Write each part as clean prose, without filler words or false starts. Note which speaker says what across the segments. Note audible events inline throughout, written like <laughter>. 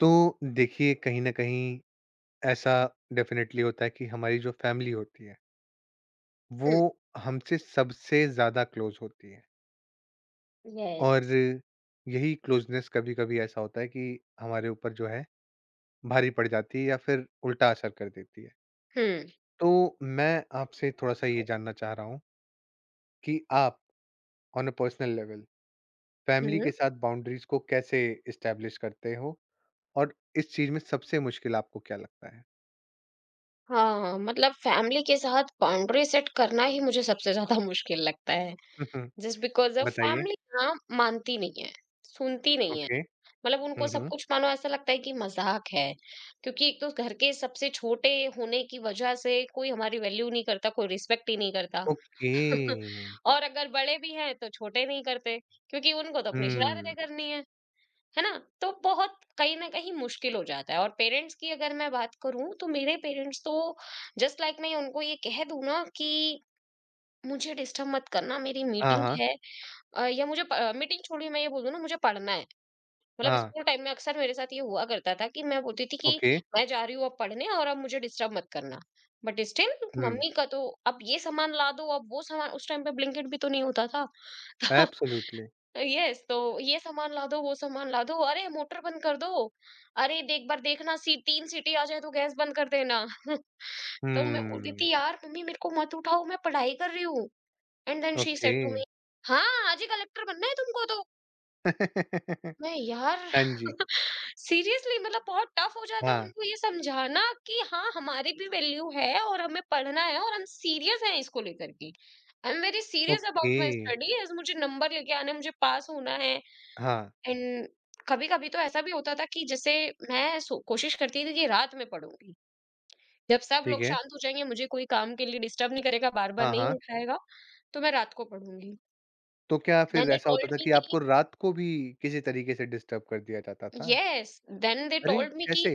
Speaker 1: तो देखिए कहीं ना कहीं ऐसा डेफिनेटली होता है कि हमारी जो फैमिली होती है, वो
Speaker 2: हुँ।
Speaker 1: हमसे सबसे ज्यादा क्लोज होती है।
Speaker 2: यस।
Speaker 1: और यही क्लोजनेस, कभी कभी ऐसा होता है कि हमारे ऊपर जो है भारी पड़ जाती है या फिर उल्टा असर कर देती है।
Speaker 2: हुँ,
Speaker 1: तो मैं आपसे थोड़ा सा ये जानना चाह रहा हूँ कि आप on a personal level family
Speaker 2: हुँ।
Speaker 1: के साथ बाउंड्रीज को कैसे इस्टेब्लिश करते हो, और इस चीज में सबसे मुश्किल आपको क्या लगता है।
Speaker 2: हाँ, मतलब फैमिली के साथ बाउंड्री सेट करना ही मुझे सबसे ज़्यादा <laughs> मुश्किल लगता है।
Speaker 1: <laughs>
Speaker 2: जस्ट बिकॉज़ ऑफ
Speaker 1: बताइए।
Speaker 2: फैमिली ना मानती नहीं है, सुनती नहीं है।
Speaker 1: ओके।
Speaker 2: मतलब उनको सब कुछ मानो ऐसा लगता है कि मज़ाक है। क्योंकि एक तो घर के सबसे छोटे होने की वजह से कोई हमारी वैल्यू नहीं करता, कोई रिस्पेक्ट ही नहीं करता।
Speaker 1: ओके।
Speaker 2: <laughs> और अगर बड़े भी हैं तो छोटे नहीं करते, क्योंकि उनको तो अपनी शरारतें
Speaker 1: हुँ।
Speaker 2: करनी है। है ना? तो बहुत कहीं न कहीं मुश्किल हो जाता है। और पेरेंट्स की अगर मैं बात करूँ तो मेरे पेरेंट्स तो जस्ट लाइक, मैं उनको ये कह दूँ ना कि मुझे डिस्टर्ब मत करना, मेरी
Speaker 1: हाँ,
Speaker 2: मीटिंग
Speaker 1: हाँ।
Speaker 2: है। या मुझे प मीटिंग छोड़िए, मैं ये बोल दूँ ना मुझे पढ़ना है। मतलब
Speaker 1: हाँ,
Speaker 2: स्कूल टाइम में अक्सर मेरे साथ ये हुआ करता था कि मैं बोलती थी कि
Speaker 1: ओके।
Speaker 2: मैं जा रही हूँ अब पढ़ने, और अब मुझे डिस्टर्ब मत करना। बट स्टिल
Speaker 1: हुँ,
Speaker 2: मम्मी का तो अब ये सामान ला दो, अब वो सामान। उस टाइम पे ब्लिंकिट भी तो नहीं होता था। <laughs>
Speaker 1: एब्सोल्यूटली।
Speaker 2: यस, तो ये सामान ला दो, वो सामान ला दो, अरे मोटर बंद कर दो, अरे एक बार देखना सी तीन सीटी आ जाए तो गैस बंद कर देना। <laughs> तो मैं बोलती
Speaker 1: हुँ,
Speaker 2: थी यार मम्मी मेरे को मत उठाओ, मैं पढ़ाई कर रही हूँ। And then she
Speaker 1: okay.
Speaker 2: Said to me, हाँ, आज ही कलेक्टर बनना है तुमको तो?
Speaker 1: <laughs>
Speaker 2: मैं यार
Speaker 1: हाँ जी,
Speaker 2: सीरियसली मतलब बहुत टफ हो जाता है
Speaker 1: हाँ,
Speaker 2: उनको ये समझाना कि हाँ, हमारी भी वैल्यू है और हमें पढ़ना है और हम सीरियस हैं इसको लेकर के। I am very serious
Speaker 1: okay.
Speaker 2: About my study, as मुझे नंबर लेके आने, मुझे पास होना है।
Speaker 1: हाँ,
Speaker 2: एंड कभी-कभी तो ऐसा भी होता था कि जैसे मैं सो कोशिश करती थी कि रात में पढ़ूँगी। जब सब
Speaker 1: ठीक
Speaker 2: लोग
Speaker 1: है।
Speaker 2: शांत हो जाएँगे, मुझे कोई काम के लिए डिस्टर्ब नहीं करेगा, बार-बार
Speaker 1: हाँ,
Speaker 2: नहीं
Speaker 1: हाँ।
Speaker 2: उठाएगा, तो मैं रात को पढ़ूँगी।
Speaker 1: तो क्या
Speaker 2: देन
Speaker 1: फिर
Speaker 2: दे
Speaker 1: ऐसा होता
Speaker 2: टोल्ड
Speaker 1: था
Speaker 2: मी
Speaker 1: कि
Speaker 2: कि
Speaker 1: आपको रात को भी किसी तरीके से डिस्टर्ब कर दिया जाता था?
Speaker 2: यस, देन दे
Speaker 1: अरे!
Speaker 2: टोल्ड मी कि
Speaker 1: कैसे?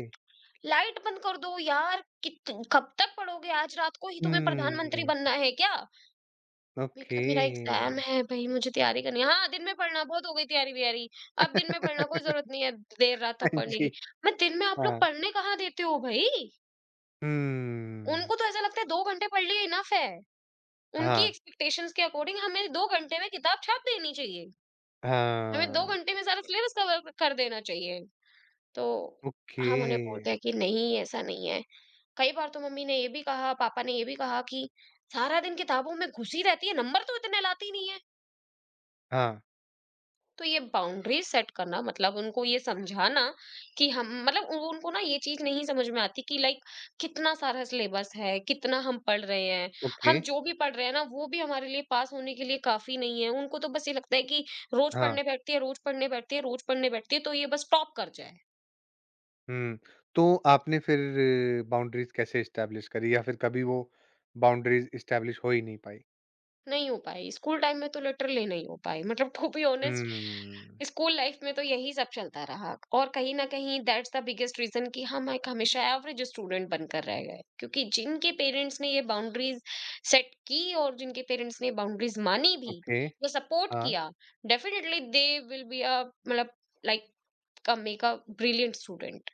Speaker 2: लाइट बंद कर दो यार, कित कब तक पढ़ोगे? आज रात को ही तुम्हें प्रधानमंत्री
Speaker 1: हुँ,
Speaker 2: बनना है क्या? मैंने
Speaker 1: ओके।
Speaker 2: कहा मेरा एग्ज़ाम है भई, मुझे तैयारी करनी है। हाँ, दिन में पढ़ना, बहुत हो गई तैयारी-वैयारी। अब दिन में पढ़ना, कोई ज़रूरत
Speaker 1: <laughs>
Speaker 2: नहीं है देर रात तक
Speaker 1: हाँ
Speaker 2: पढ़ने
Speaker 1: जी,
Speaker 2: की। मैं दिन में, आप लोग
Speaker 1: हाँ।
Speaker 2: पढ़ने कहाँ देते हो भई?
Speaker 1: हुँ,
Speaker 2: उनको तो ऐसा लगता है 2 घंटे पढ़ लिए इनफ है। उनकी
Speaker 1: हाँ,
Speaker 2: एक्सपेक्टेशंस के अकॉर्डिंग हमें 2 घंटे में किताब छाप देनी चाहिए। हमें 2
Speaker 1: हाँ,
Speaker 2: घंटे में सारा सिलेबस कवर कर देना चाहिए। तो
Speaker 1: ओके।
Speaker 2: हम उन्हें बोलते हैं कि नहीं, ऐसा नहीं है। कई बार तो मम्मी ने ये भी कहा, पापा ने ये भी कहा कि सारा दिन किताबों में घुसी रहती है, नंबर तो इतने लाती नहीं है।
Speaker 1: हाँ,
Speaker 2: तो ये बाउंड्री सेट करना, मतलब उनको ये समझाना कि हम, मतलब उनको ना ये चीज नहीं समझ में आती कि लाइक कितना सारा सिलेबस है, कितना हम पढ़ रहे हैं।
Speaker 1: ओके।
Speaker 2: हम जो भी पढ़ रहे हैं ना वो भी हमारे लिए पास होने के लिए काफी नहीं है। उनको तो बस ये लगता है कि रोज
Speaker 1: हाँ,
Speaker 2: पढ़ने बैठती है, रोज पढ़ने बैठती है, रोज पढ़ने बैठती है, तो ये बस टॉप कर जाए।
Speaker 1: हुँ। तो आपने फिर बाउंड्रीज़ कैसे एस्टैब्लिश करी, या फिर कभी वो बाउंड्रीज़ एस्टैब्लिश हो ही नहीं पाई?
Speaker 2: नहीं हो पाई। स्कूल टाइम में तो लिटरली नहीं हो पाई। मतलब <laughs> टू बी ऑनेस्ट,
Speaker 1: हुँ,
Speaker 2: स्कूल लाइफ में तो यही सब चलता रहा। और कहीं न कहीं दैट्स द बिगेस्ट रीज़न कि हम एक हमेशा एवरेज स्टूडेंट बनकर रह गए। क्योंकि जिनके पेरेंट्स ने ये बाउंड्रीज़ सेट की और जिनके पेरेंट्स ने बाउंड्रीज़ मानी भी
Speaker 1: ओके,
Speaker 2: या सपोर्ट
Speaker 1: हाँ,
Speaker 2: किया, definitely they will be uh, मतलब like, uh make a brilliant student.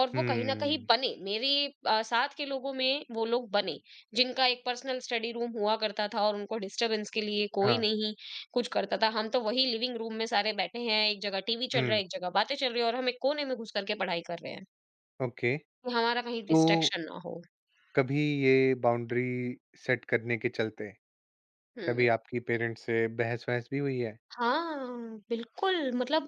Speaker 2: और वो कहीं न कहीं
Speaker 1: हुँ,
Speaker 2: बने, मेरी साथ के लोगों में वो लोग बने, जिनका एक पर्सनल स्टडी रूम हुआ करता था और उनको डिस्टर्बेंस के लिए कोई
Speaker 1: हाँ,
Speaker 2: नहीं कुछ करता था। हम तो वही लिविंग रूम में सारे बैठे हैं, एक जगह टीवी चल रहा
Speaker 1: हुँ,
Speaker 2: है, एक जगह बातें चल रही है और हम एक कोने में घुस कर के पढ़ाई कर रहे हैं,
Speaker 1: ओके।
Speaker 2: कि हमारा कहीं
Speaker 1: तो
Speaker 2: डिस्ट्रैक्शन ना हो।
Speaker 1: कभी ये बाउंड्री सेट करने के चलते,
Speaker 2: हुँ।
Speaker 1: कभी आपकी पेरेंट्स से बहस-वहस भी हुई है?
Speaker 2: हाँ, बिल्कुल मतलब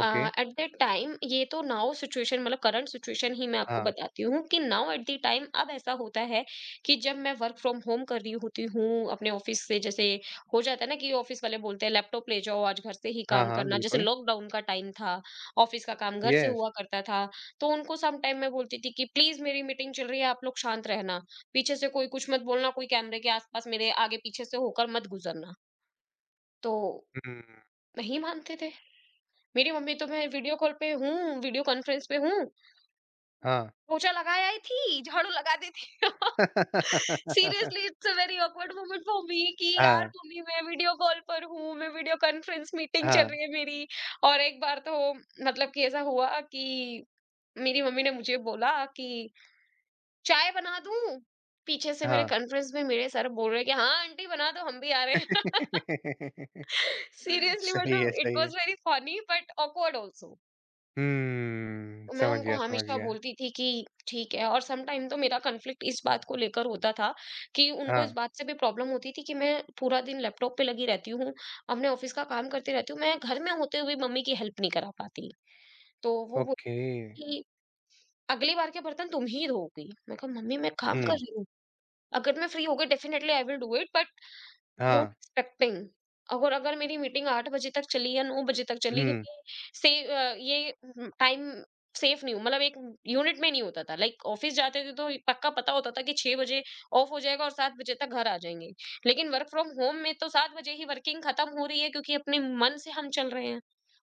Speaker 2: uh,
Speaker 1: okay,
Speaker 2: at that time ये तो नाउ सिचुएशन, मतलब करंट सिचुएशन ही मैं आपको
Speaker 1: हाँ,
Speaker 2: बताती हूँ कि नाउ एट द टाइम अब ऐसा होता है कि जब मैं वर्क फ्रॉम होम कर रही होती हूँ अपने ऑफिस से, जैसे हो जाता है ना कि ऑफिस वाले बोलते हैं लैपटॉप ले जाओ आज घर से ही
Speaker 1: हाँ,
Speaker 2: काम
Speaker 1: हाँ,
Speaker 2: करना, जैसे
Speaker 1: बिल्कुल,
Speaker 2: लॉकडाउन का टाइम था, ऑफिस का काम घर से
Speaker 1: येस,
Speaker 2: हुआ करता था। तो उनको सम टाइम मैं बोलती थी कि प्लीज मेरी मीटिंग चल रही है, आप लोग शांत रहना, पीछे से कोई कुछ मत बोलना, कोई कैमरे के आसपास मेरे आगे पीछे से होकर मत गुजरना, तो
Speaker 1: हुँ,
Speaker 2: नहीं मानते थे। मेरी मम्मी तो, मैं वीडियो कॉल पे हूँ, वीडियो कॉन्फ्रेंस पे हूँ,
Speaker 1: हाँ।
Speaker 2: पोछा लगा आई थी, झाड़ू लगा दी थी। <laughs>
Speaker 1: <laughs>
Speaker 2: Seriously it's a very awkward moment for me कि यार
Speaker 1: हाँ,
Speaker 2: मम्मी, मैं वीडियो कॉल पर हूँ, मैं वीडियो कॉन्फ्रेंस मीटिंग चल
Speaker 1: हाँ,
Speaker 2: रही है मेरी। और एक बार तो मतलब कि ऐसा हुआ कि मेरी मम्मी ने मुझे बोला कि चाय बना दूँ? पीछे से मेरे
Speaker 1: हाँ।
Speaker 2: कॉन्फ्रेंस में मेरे सर बोल रहे हैं कि हाँ आंटी बना दो, हम भी आ रहे हैं। <laughs>
Speaker 1: <laughs> सही
Speaker 2: सीरियसली मतलब
Speaker 1: है,
Speaker 2: इट
Speaker 1: सही है।
Speaker 2: Was very funny but awkward also. तो मैं
Speaker 1: समझ
Speaker 2: उनको
Speaker 1: गया, समझ
Speaker 2: हमेशा
Speaker 1: गया।
Speaker 2: बोलती थी कि ठीक है, और सम टाइम तो मेरा कन्फ्लिक्ट इस बात को लेकर होता था कि उनको इस
Speaker 1: हाँ,
Speaker 2: बात से भी प्रॉब्लम होती थी कि मैं पूरा दिन लैपटॉप पे लगी रहती हूँ अपने ऑफिस का काम करती रहती हूँ, मैं घर में होते हुए मम्मी की हेल्प नहीं करा पाती। तो वो
Speaker 1: ओके।
Speaker 2: बोलती कि अगली बार के बर्तन तुम ही धोगी। मैं कहा मम्मी मैं काम कर
Speaker 1: हुँ,
Speaker 2: रही हूँ, अगर मैं फ्री हो गई definitely I will do it, don't
Speaker 1: हाँ,
Speaker 2: एक्सपेक्टिंग। और अगर मेरी मीटिंग 8 बजे तक चली या 9 बजे तक चली,
Speaker 1: हुँ,
Speaker 2: क्योंकि ये टाइम सेफ नहीं हो, मतलब एक यूनिट में नहीं होता था, लाइक ऑफिस जाते थे तो पक्का पता होता था कि 6 बजे ऑफ हो जाएगा और 7 बजे तक घर आ जाएंगे, लेकिन वर्क फ्रॉम होम में तो 7 बजे ही वर्किंग खत्म हो रही है क्योंकि अपने मन से हम चल रहे हैं।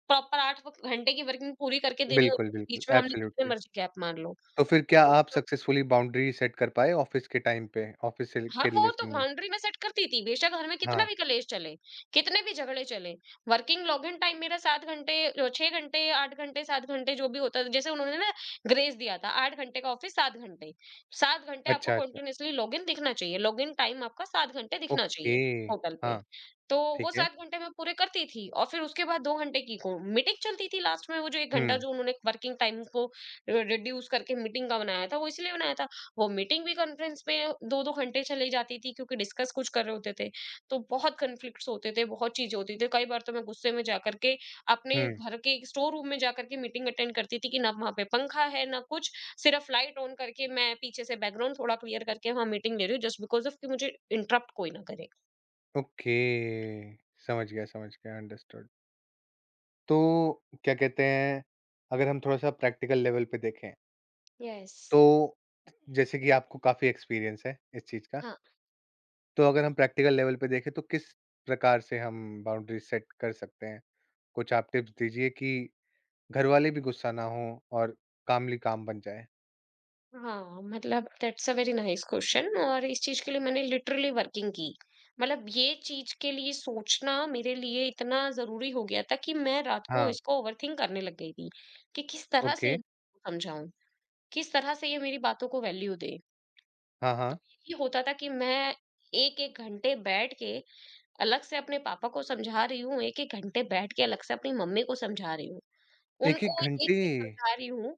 Speaker 2: प्रॉपर 8 घंटे की वर्किंग पूरी करके देनी
Speaker 1: बिल्कुल,
Speaker 2: होती है,
Speaker 1: बिल्कुल,
Speaker 2: बीच में हमने कितने
Speaker 1: एब्सोल्यूटली।
Speaker 2: मर्जी गैप मार लो।
Speaker 1: तो फिर क्या आप
Speaker 2: तो
Speaker 1: सक्सेसफुली बाउंड्री सेट कर पाए ऑफ़िस के टाइम पे, ऑफ़िस से
Speaker 2: हाँ,
Speaker 1: के
Speaker 2: वो तो
Speaker 1: रिलेशन में?
Speaker 2: बाउंड्री मैं सेट करती थी। बेशक घर में कितना
Speaker 1: हाँ,
Speaker 2: भी कलेश चले, कितने भी झगड़े चले। वर्किंग लॉगिन टाइम मेरा 7 घंटे 6 घंटे, 8 घंटे, 7 घंटे जो भी होता था। जैसे उन्होंने ना ग्रेस दिया था 8 घंटे का ऑफिस 7 घंटे। 7 घंटे आपको
Speaker 1: अच्छा, अच्छा,
Speaker 2: कंटीन्यूअसली लॉगिन दिखना चाहिए। लॉगिन टाइम आपका 7 घंटे दिखना
Speaker 1: ओके,
Speaker 2: चाहिए पोर्टल पे।
Speaker 1: हाँ,
Speaker 2: तो वो
Speaker 1: ठीक है।
Speaker 2: 7 घंटे मैं पूरे करती थी और फिर उसके बाद 2 घंटे की को मीटिंग चलती थी। लास्ट में वो जो 1 घंटा
Speaker 1: हुँ,
Speaker 2: जो उन्होंने वर्किंग टाइम को रिड्यूस करके मीटिंग का बनाया था, वो इसलिए बनाया था वो मीटिंग भी कॉन्फ्रेंस पे 2-2 घंटे चली जाती थी क्योंकि डिस्कस कुछ कर रहे होते थे। तो बहुत कॉन्फ्लिक्ट्स होते थे, बहुत चीज़ें होती थी। कई बार तो मैं गुस्से में जाकर के अपने
Speaker 1: हुँ,
Speaker 2: घर के स्टोर रूम में जाकर के मीटिंग अटेंड करती थी कि ना वहाँ पे पंखा है, ना कुछ, सिर्फ लाइट ऑन करके मैं पीछे से बैकग्राउंड थोड़ा क्लियर करके वहाँ मीटिंग ले रही हूँ जस्ट बिकॉज़ ऑफ कि मुझे इंटरप्ट कोई ना करे।
Speaker 1: ओके, समझ गया, अंडरस्टूड। तो क्या कहते हैं, अगर हम थोड़ा-सा प्रैक्टिकल लेवल पे देखें,
Speaker 2: यस।
Speaker 1: तो जैसे कि आपको काफ़ी एक्सपीरियंस है इस चीज़ का, तो अगर हम प्रैक्टिकल लेवल पे देखें तो किस प्रकार से हम बाउंड्री सेट कर सकते हैं? कुछ आप टिप्स दीजिए कि घरवाले भी गुस्सा ना हों और कामली काम बन जाए।
Speaker 2: हाँ, मतलब that's a very nice question, और इस चीज के लिए मैंने लिटरली वर्किंग की। मतलब ये चीज के लिए सोचना मेरे लिए इतना ज़रूरी हो गया था कि मैं रात को
Speaker 1: हाँ,
Speaker 2: इसको ओवरथिंक करने लग गई थी, कि किस तरह
Speaker 1: ओके।
Speaker 2: से इनको समझाऊँ, किस तरह से ये मेरी बातों को वैल्यू दें।
Speaker 1: हाँ, हाँ।
Speaker 2: ये होता था कि मैं 1-1 घंटे बैठ के अलग से अपने पापा को समझा रही हूँ, 1-1 घंटे बैठ के अलग से अपनी मम्मी को समझा रही हूँ।
Speaker 1: 1-1
Speaker 2: उनको ये
Speaker 1: घंटे!
Speaker 2: चीज़ समझा रही हूँ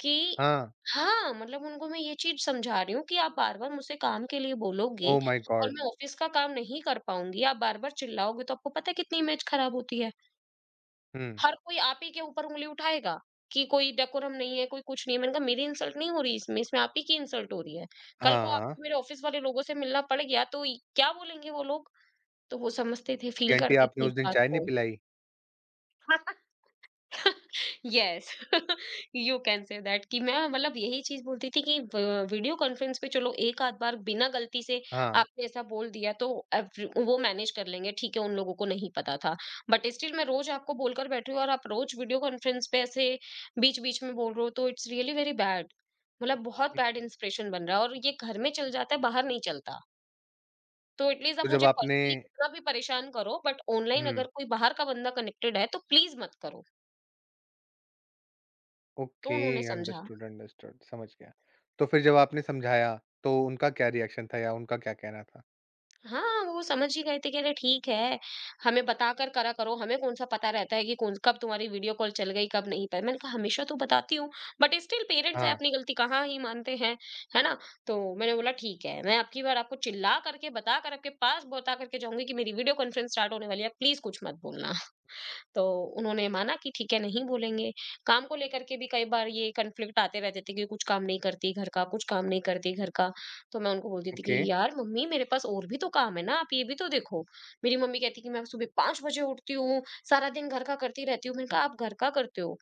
Speaker 2: कि
Speaker 1: हाँ,
Speaker 2: हाँ, मतलब उनको मैं ये चीज़ समझा रही हूँ कि आप बार-बार मुझसे काम के लिए बोलोगे
Speaker 1: ओह माय
Speaker 2: और
Speaker 1: गॉड!
Speaker 2: मैं ऑफ़िस का काम नहीं कर पाऊँगी, आप बार-बार चिल्लाओगे तो आपको पता है कितनी इमेज खराब होती है।
Speaker 1: हुँ।
Speaker 2: हर कोई आप ही के ऊपर उँगली उठाएगा कि कोई डेकोरम नहीं है, कोई कुछ नहीं है। मैंने कहा मेरी इंसल्ट नहीं हो रही इसमें, इसमें आप ही की इंसल्ट हो रही है। कल
Speaker 1: हाँ,
Speaker 2: को
Speaker 1: हाँ,
Speaker 2: आपको मेरे ऑफ़िस वाले लोगों से मिलना पड़ गया तो इ क्या बोलेंगे वो लोग? तो वो समझते थे,
Speaker 1: कि
Speaker 2: फ़ील
Speaker 1: आंटी
Speaker 2: करते
Speaker 1: आपने
Speaker 2: थे
Speaker 1: उस
Speaker 2: इस
Speaker 1: दिन
Speaker 2: बात
Speaker 1: चाय नहीं
Speaker 2: को।
Speaker 1: पिलाई?
Speaker 2: Yes, you can say that <laughs> कि मैं यही चीज बोलती थी कि वीडियो कॉन्फ्रेंस पे चलो एक आध बार बिना गलती से
Speaker 1: हाँ,
Speaker 2: आपने ऐसा बोल दिया तो वो मैनेज कर लेंगे, ठीक है, उन लोगों को नहीं पता था। बट स्टिल मैं रोज आपको बोलकर बैठी हूँ और आप रोज वीडियो कॉन्फ्रेंस पे ऐसे बीच बीच में बोल रहे हो, तो इट्स रियली वेरी बैड। बहुत
Speaker 1: हुँ,
Speaker 2: बैड इंस्पिरेशन बन रहा है और ये घर में चल जाता है, बाहर नहीं चलता। तो एटलीस्ट
Speaker 1: तो
Speaker 2: आप
Speaker 1: जब
Speaker 2: मुझे
Speaker 1: आपने
Speaker 2: पर्सनली कितना भी परेशान करो, बट ऑनलाइन
Speaker 1: हुँ,
Speaker 2: अगर कोई बाहर का बंदा कनेक्टेड है तो प्लीज मत करो। तो
Speaker 1: ओके।
Speaker 2: उन्होंने समझा।
Speaker 1: अंडरस्टूड, अंडरस्टूड समझ गया। तो फिर जब आपने समझाया तो उनका क्या रिएक्शन था, या उनका क्या कहना था?
Speaker 2: हाँ, वो समझ ही गए थे कि अरे ठीक है, हमें बताकर करा करो, हमें कौन-सा पता रहता है कि कौन कब तुम्हारी वीडियो कॉल चल गई, कब नहीं पे। मैंने कहा हमेशा तो बताती हूँ, बट स्टिल पेरेंट्स हैं,
Speaker 1: हाँ,
Speaker 2: अपनी गलती कहाँ ही मानते हैं, है ना? तो मैंने बोला ठीक है, मैं अब की बार आपको चिल्ला करके, बताकर, आपके पास बता करके जाऊँगी कि मेरी वीडियो कॉन्फ्रेंस स्टार्ट होने वाली है, प्लीज़ कुछ मत बोलना। तो उन्होंने माना कि ठीक है नहीं बोलेंगे। काम को लेकर के भी कई बार ये कॉन्फ्लिक्ट आते रहते थे कि कुछ काम नहीं करती घर का, कुछ काम नहीं करती घर का। तो मैं उनको बोलती थी
Speaker 1: ओके।
Speaker 2: कि यार मम्मी, मेरे पास और भी तो काम है ना, आप ये भी तो देखो। मेरी मम्मी कहती कि मैं सुबह 5 बजे उठती हूँ, सारा दिन घर का करती रहती हूँ। मैंने कहा आप घर का करते हो?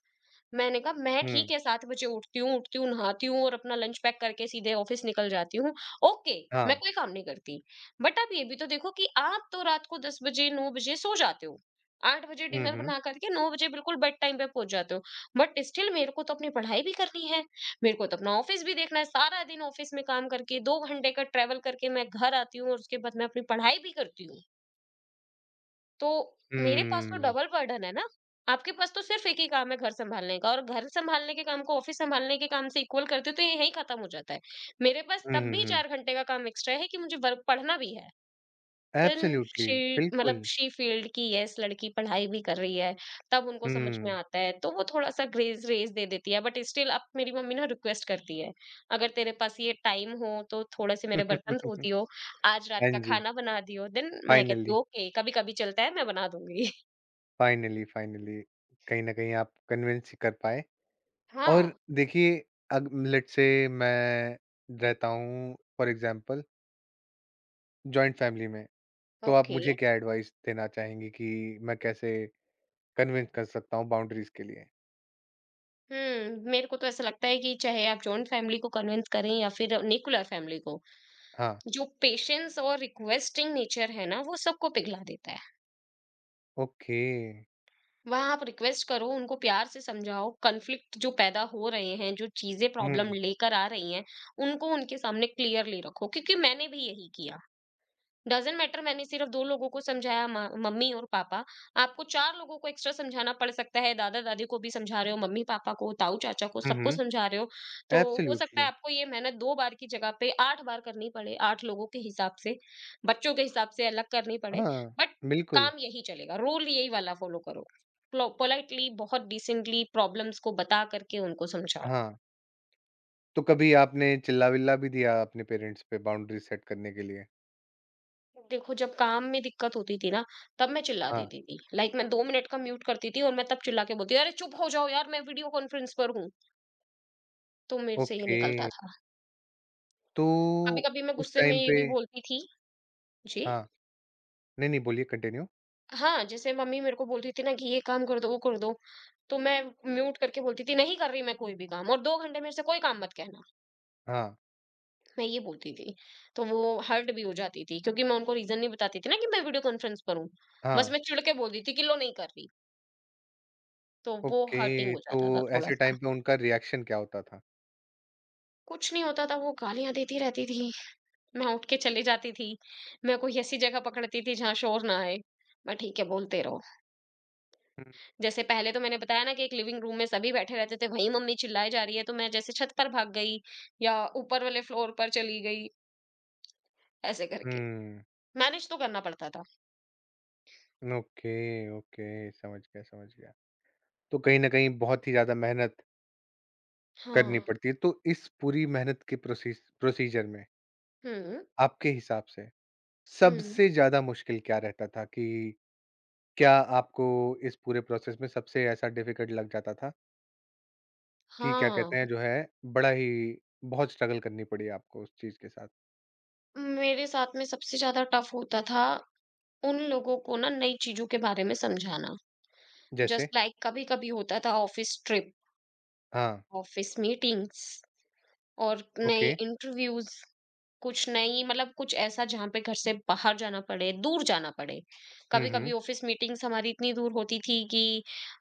Speaker 2: मैंने कहा मैं
Speaker 1: हुँ,
Speaker 2: ठीक है 7 बजे उठती हूँ, नहाती हूँ और अपना लंच पैक करके सीधे ऑफिस निकल जाती हूँ। ओके, मैं
Speaker 1: हाँ।
Speaker 2: कोई काम नहीं करती। बट आप ये भी तो देखो कि आप तो रात को 10 बजे 9 बजे सो जाते हो। 8 बजे
Speaker 1: हुँ,
Speaker 2: डिनर
Speaker 1: हुँ।
Speaker 2: बना करके 9 बजे बिल्कुल बेड टाइम पे पहुँच जाते हो। बट स्टिल मेरे को तो अपनी पढ़ाई भी करनी है, मेरे को तो अपना ऑफिस भी देखना है। सारा दिन ऑफिस में काम करके 2 घंटे का ट्रैवल करके मैं घर आती हूँ और उसके बाद मैं अपनी पढ़ाई भी करती हूँ। तो मेरे पास तो
Speaker 1: हुँ।
Speaker 2: डबल बर्डन है ना, आपके पास तो सिर्फ़ एक ही काम है घर सँभालने का, और घर सँभालने के काम को ऑफ़िस सँभालने के काम से इक्वल करते हो तो ये यहीं ख़त्म हो जाता है। मेरे पास
Speaker 1: हुँ,
Speaker 2: तब
Speaker 1: हुँ,
Speaker 2: भी
Speaker 1: हुँ।
Speaker 2: 4 घंटे का काम एक्स्ट्रा है कि मुझे वर पढ़ना भी है। देन
Speaker 1: एब्सोल्युटली,
Speaker 2: शी
Speaker 1: बिल्कुल।
Speaker 2: शी फील्ड कि यस लड़की पढ़ाई भी कर रही है, तब उनको समझ में
Speaker 1: हुँ।
Speaker 2: आता है, तो वो थोड़ा-सा ग्रेज़ रेज़ दे देती है, बट स्टिल अब मेरी मम्मी ना रिक्वेस्ट करती है, "अगर तेरे पास ये टाइम हो, तो थोड़े-से मेरे बर्तन धो
Speaker 1: <laughs>
Speaker 2: दियो, आज रात
Speaker 1: हाँ
Speaker 2: का
Speaker 1: जी।
Speaker 2: खाना बना दियो।" देन मैं कहती
Speaker 1: फाइनली,
Speaker 2: हूँ, "ओके, कभी-कभी चलता है, मैं बना दूँगी।"
Speaker 1: फाइनली, फाइनली कहीं न कहीं आप कन्विंस कर पाए। और
Speaker 2: हाँ,
Speaker 1: देखिए, अग लेट्स से मैं रहता हूँ फॉर एग्ज़ाम्पल जॉइंट फैमिली में, तो आप
Speaker 2: ओके।
Speaker 1: मुझे क्या एडवाइस देना चाहेंगी कि मैं कैसे कन्विंस कर सकता हूँ बाउंड्रीज़ के लिए?
Speaker 2: हुँ, मेरे को तो ऐसा लगता है कि चाहे आप जॉइंट फैमिली को कन्विंस करें या फिर न्यूक्लियर फैमिली को,
Speaker 1: हाँ,
Speaker 2: जो पेशेंस और रिक्वेस्टिंग नेचर है ना, वो सबको पिघला देता है।
Speaker 1: ओके।
Speaker 2: वहाँ आप रिक्वेस्ट करो, उनको प्यार से समझाओ, कॉन्फ्लिक्ट जो पैदा हो रहे हैं, जो चीजें प्रॉब्लम
Speaker 1: हुँ।
Speaker 2: लेकर आ रही हैं, उनको उनके सामने क्लियरली रखो, क्योंकि मैंने भी यही किया। डजंट मैटर, मैंने सिर्फ 2 लोगों को समझाया, म मम्मी और पापा, आपको 4 लोगों को एक्स्ट्रा समझाना पड़ सकता है, दादा-दादी को भी समझा रहे हो, मम्मी-पापा को, ताऊ-चाचा को,
Speaker 1: हुँ,
Speaker 2: सबको
Speaker 1: हुँ।
Speaker 2: समझा रहे हो। तो हो सकता
Speaker 1: एब्सोल्युटली।
Speaker 2: है आपको ये मेहनत 2 बार की जगह पे 8 बार करनी पड़े, 8 लोगों के हिसाब से, बच्चों के हिसाब से अलग करनी पड़े,
Speaker 1: हाँ,
Speaker 2: बट
Speaker 1: बिल्कुल।
Speaker 2: काम यही चलेगा, रूल यही वाला फॉलो करो। पोलाइटली, बहुत डिसेंटली, प्रॉब्लम्स को बता करके उनको समझाओ।
Speaker 1: हाँ। तो कभी आपने चिल्ला-विल्ला भी दिया अपने पेरेंट्स पे बाउंड्री सेट करने के लिए?
Speaker 2: देखो, जब काम में दिक्कत होती थी ना, तब मैं चिल्ला
Speaker 1: हाँ,
Speaker 2: देती थी। लाइक मैं 2 मिनट का म्यूट करती थी और मैं तब चिल्ला के बोलती थी, "अरे चुप हो जाओ यार, मैं वीडियो कॉन्फ्रेंस पर हूँ।" तो मेरे से ये
Speaker 1: ओके।
Speaker 2: निकलता था।
Speaker 1: तो
Speaker 2: कभी-कभी मैं
Speaker 1: उस
Speaker 2: गुस्से में
Speaker 1: टाइम
Speaker 2: ये
Speaker 1: पे
Speaker 2: भी बोलती थी। जी?
Speaker 1: हाँ, नहीं, नहीं बोलिए कंटिन्यू।
Speaker 2: हाँ, जैसे मम्मी मेरे को बोलती थी ना कि ये काम कर दो, वो कर दो, तो मैं म्यूट करके बोलती थी, "नहीं कर रही मैं कोई भी काम, और 2 घंटे मेरे से कोई काम मत कहना।"
Speaker 1: हाँ,
Speaker 2: मैं ये बोलती थी। तो वो हर्ट भी हो जाती थी, क्योंकि मैं उनको रीज़न नहीं बताती थी ना कि मैं वीडियो कॉन्फ्रेंस पर हूँ। बस
Speaker 1: हाँ,
Speaker 2: मैं चिढ़ के बोल देती थी कि, "लो नहीं कर रही।" तो वो हर्टिंग
Speaker 1: ओके।
Speaker 2: हो
Speaker 1: तो
Speaker 2: जाता था
Speaker 1: ऐसे
Speaker 2: थोड़ा-सा।
Speaker 1: टाइम पे उनका रिएक्शन क्या होता था?
Speaker 2: कुछ नहीं होता था, वो गालियाँ देती रहती थी। मैं उठ के चली जाती थी। मैं कोई ऐसी जगह पकड़ती थी जहाँ शोर ना आए। मैं ठीक है बोलते रहो।
Speaker 1: हुँ,
Speaker 2: जैसे पहले तो मैंने बताया ना कि एक लिविंग रूम में सभी बैठे रहते थे, वहीं मम्मी चिल्लाए जा रही है, तो मैं जैसे छत पर भाग गई या ऊपर वाले फ्लोर पर चली गई, ऐसे करके।
Speaker 1: हुँ।
Speaker 2: मैनेज तो करना पड़ता था।
Speaker 1: Okay, okay. समझ गया, समझ गया। तो कहीं न कहीं बहुत ही ज़्यादा मेहनत करनी
Speaker 2: हाँ।
Speaker 1: पड़ती है। तो इस पूरी मेहनत के प्रोसेस प्रोसीजर में
Speaker 2: हुँ,
Speaker 1: आपके हिसाब से
Speaker 2: हुँ।
Speaker 1: सबसे ज़्यादा मुश्किल क्या रहता था, कि क्या आपको इस पूरे प्रोसेस में सबसे ऐसा डिफिकल्ट लग जाता था, कि क्या कहते
Speaker 2: हाँ,
Speaker 1: हैं जो है बड़ा ही, बहुत स्ट्रगल करनी पड़ी आपको उस चीज़ के साथ?
Speaker 2: मेरे साथ में सबसे ज़्यादा टफ़ होता था उन लोगों को ना नई चीज़ों के बारे में समझाना।
Speaker 1: जैसे?
Speaker 2: जस्ट लाइक कभी-कभी होता था ऑफिस ट्रिप।
Speaker 1: हाँ,
Speaker 2: Office meetings, और नए
Speaker 1: ओके।
Speaker 2: इंटरव्यूज। कुछ नई, कुछ ऐसा जहाँ पे घर से बाहर जाना पड़े, दूर जाना पड़े।
Speaker 1: हुँ,
Speaker 2: कभी
Speaker 1: हुँ,
Speaker 2: कभी ऑफिस मीटिंग्स हमारी इतनी दूर होती थी कि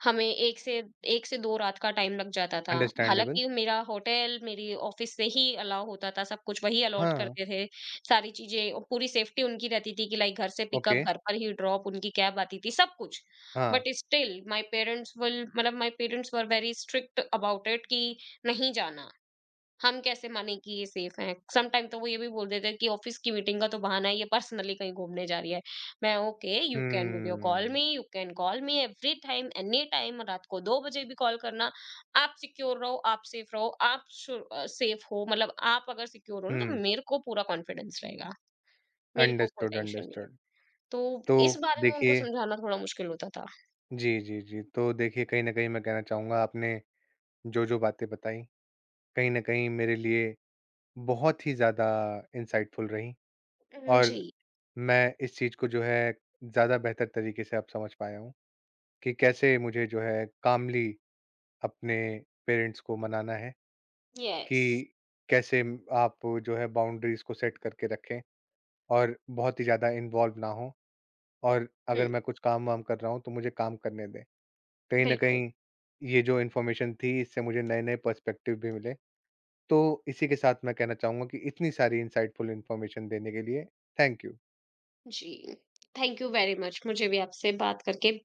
Speaker 2: हमें एक से दो रात का टाइम लग जाता था।
Speaker 1: अंडरस्टैंडेबल।
Speaker 2: हालांकि मेरा होटल मेरी ऑफिस से ही अलाउ होता था, सब कुछ वही अलॉट
Speaker 1: हाँ,
Speaker 2: करते थे सारी चीजें, और पूरी सेफ्टी उनकी रहती थी कि लाइक घर से
Speaker 1: ओके,
Speaker 2: पिकअप, घर पर ही ड्रॉप, उनकी कैब आती थी, सब कुछ।
Speaker 1: हाँ।
Speaker 2: But still my parents will my parents were very strict about it कि नहीं जाना, हम कैसे माने कि ये सेफ है। सम टाइम तो वो ये भी बोल देते हैं कि ऑफिस की मीटिंग का तो बहाना है, ये पर्सनली कहीं घूमने जा रही है। मैं okay, you can video call
Speaker 1: hmm,
Speaker 2: me, you can call me every time, any time, रात को दो बजे भी कॉल करना, आप सिक्योर रहो, आप सेफ रहो, आप सेफ हो। आप अगर सिक्योर हो ना तो
Speaker 1: हुँ,
Speaker 2: मेरे को पूरा कॉन्फिडेंस रहेगा, मेरे को कोई
Speaker 1: अंडरस्टूड,
Speaker 2: टेंशन नहीं है।
Speaker 1: अंडरस्टूड।
Speaker 2: तो
Speaker 1: तो
Speaker 2: इस बारे में उनको
Speaker 1: देखिए
Speaker 2: समझाना थोड़ा मुश्किल होता था।
Speaker 1: जी, जी, जी। तो देखिए कहीं न कहीं मैं कहना चाहूँगा आपने जो-जो बातें बताई, कहीं न कहीं मेरे लिए बहुत ही ज़्यादा इनसाइटफुल रहीं। और
Speaker 2: जी।
Speaker 1: मैं इस चीज़ को जो है ज़्यादा बेहतर तरीके से अब समझ पाया हूँ कि कैसे मुझे जो है कामली अपने पेरेंट्स को मनाना है,
Speaker 2: यस।
Speaker 1: कि कैसे आप जो है बाउंड्रीज को सेट करके रखें और बहुत ही ज़्यादा इन्वॉल्व ना हो, और अगर
Speaker 2: हम्म।
Speaker 1: मैं कुछ काम वाम कर रहा हूँ तो मुझे काम करने दें। कहीं ना
Speaker 2: बिल्कुल।
Speaker 1: कहीं ये जो इन्फॉर्मेशन थी, इससे मुझे नए नए पर्सपेक्टिव भी मिले। तो इसी के साथ मैं कहना चाहूँगा कि इतनी सारी इंसाइटफुल इन्फॉर्मेशन देने के लिए थैंक यू
Speaker 2: जी, थैंक यू वेरी मच। मुझे भी आपसे बात करके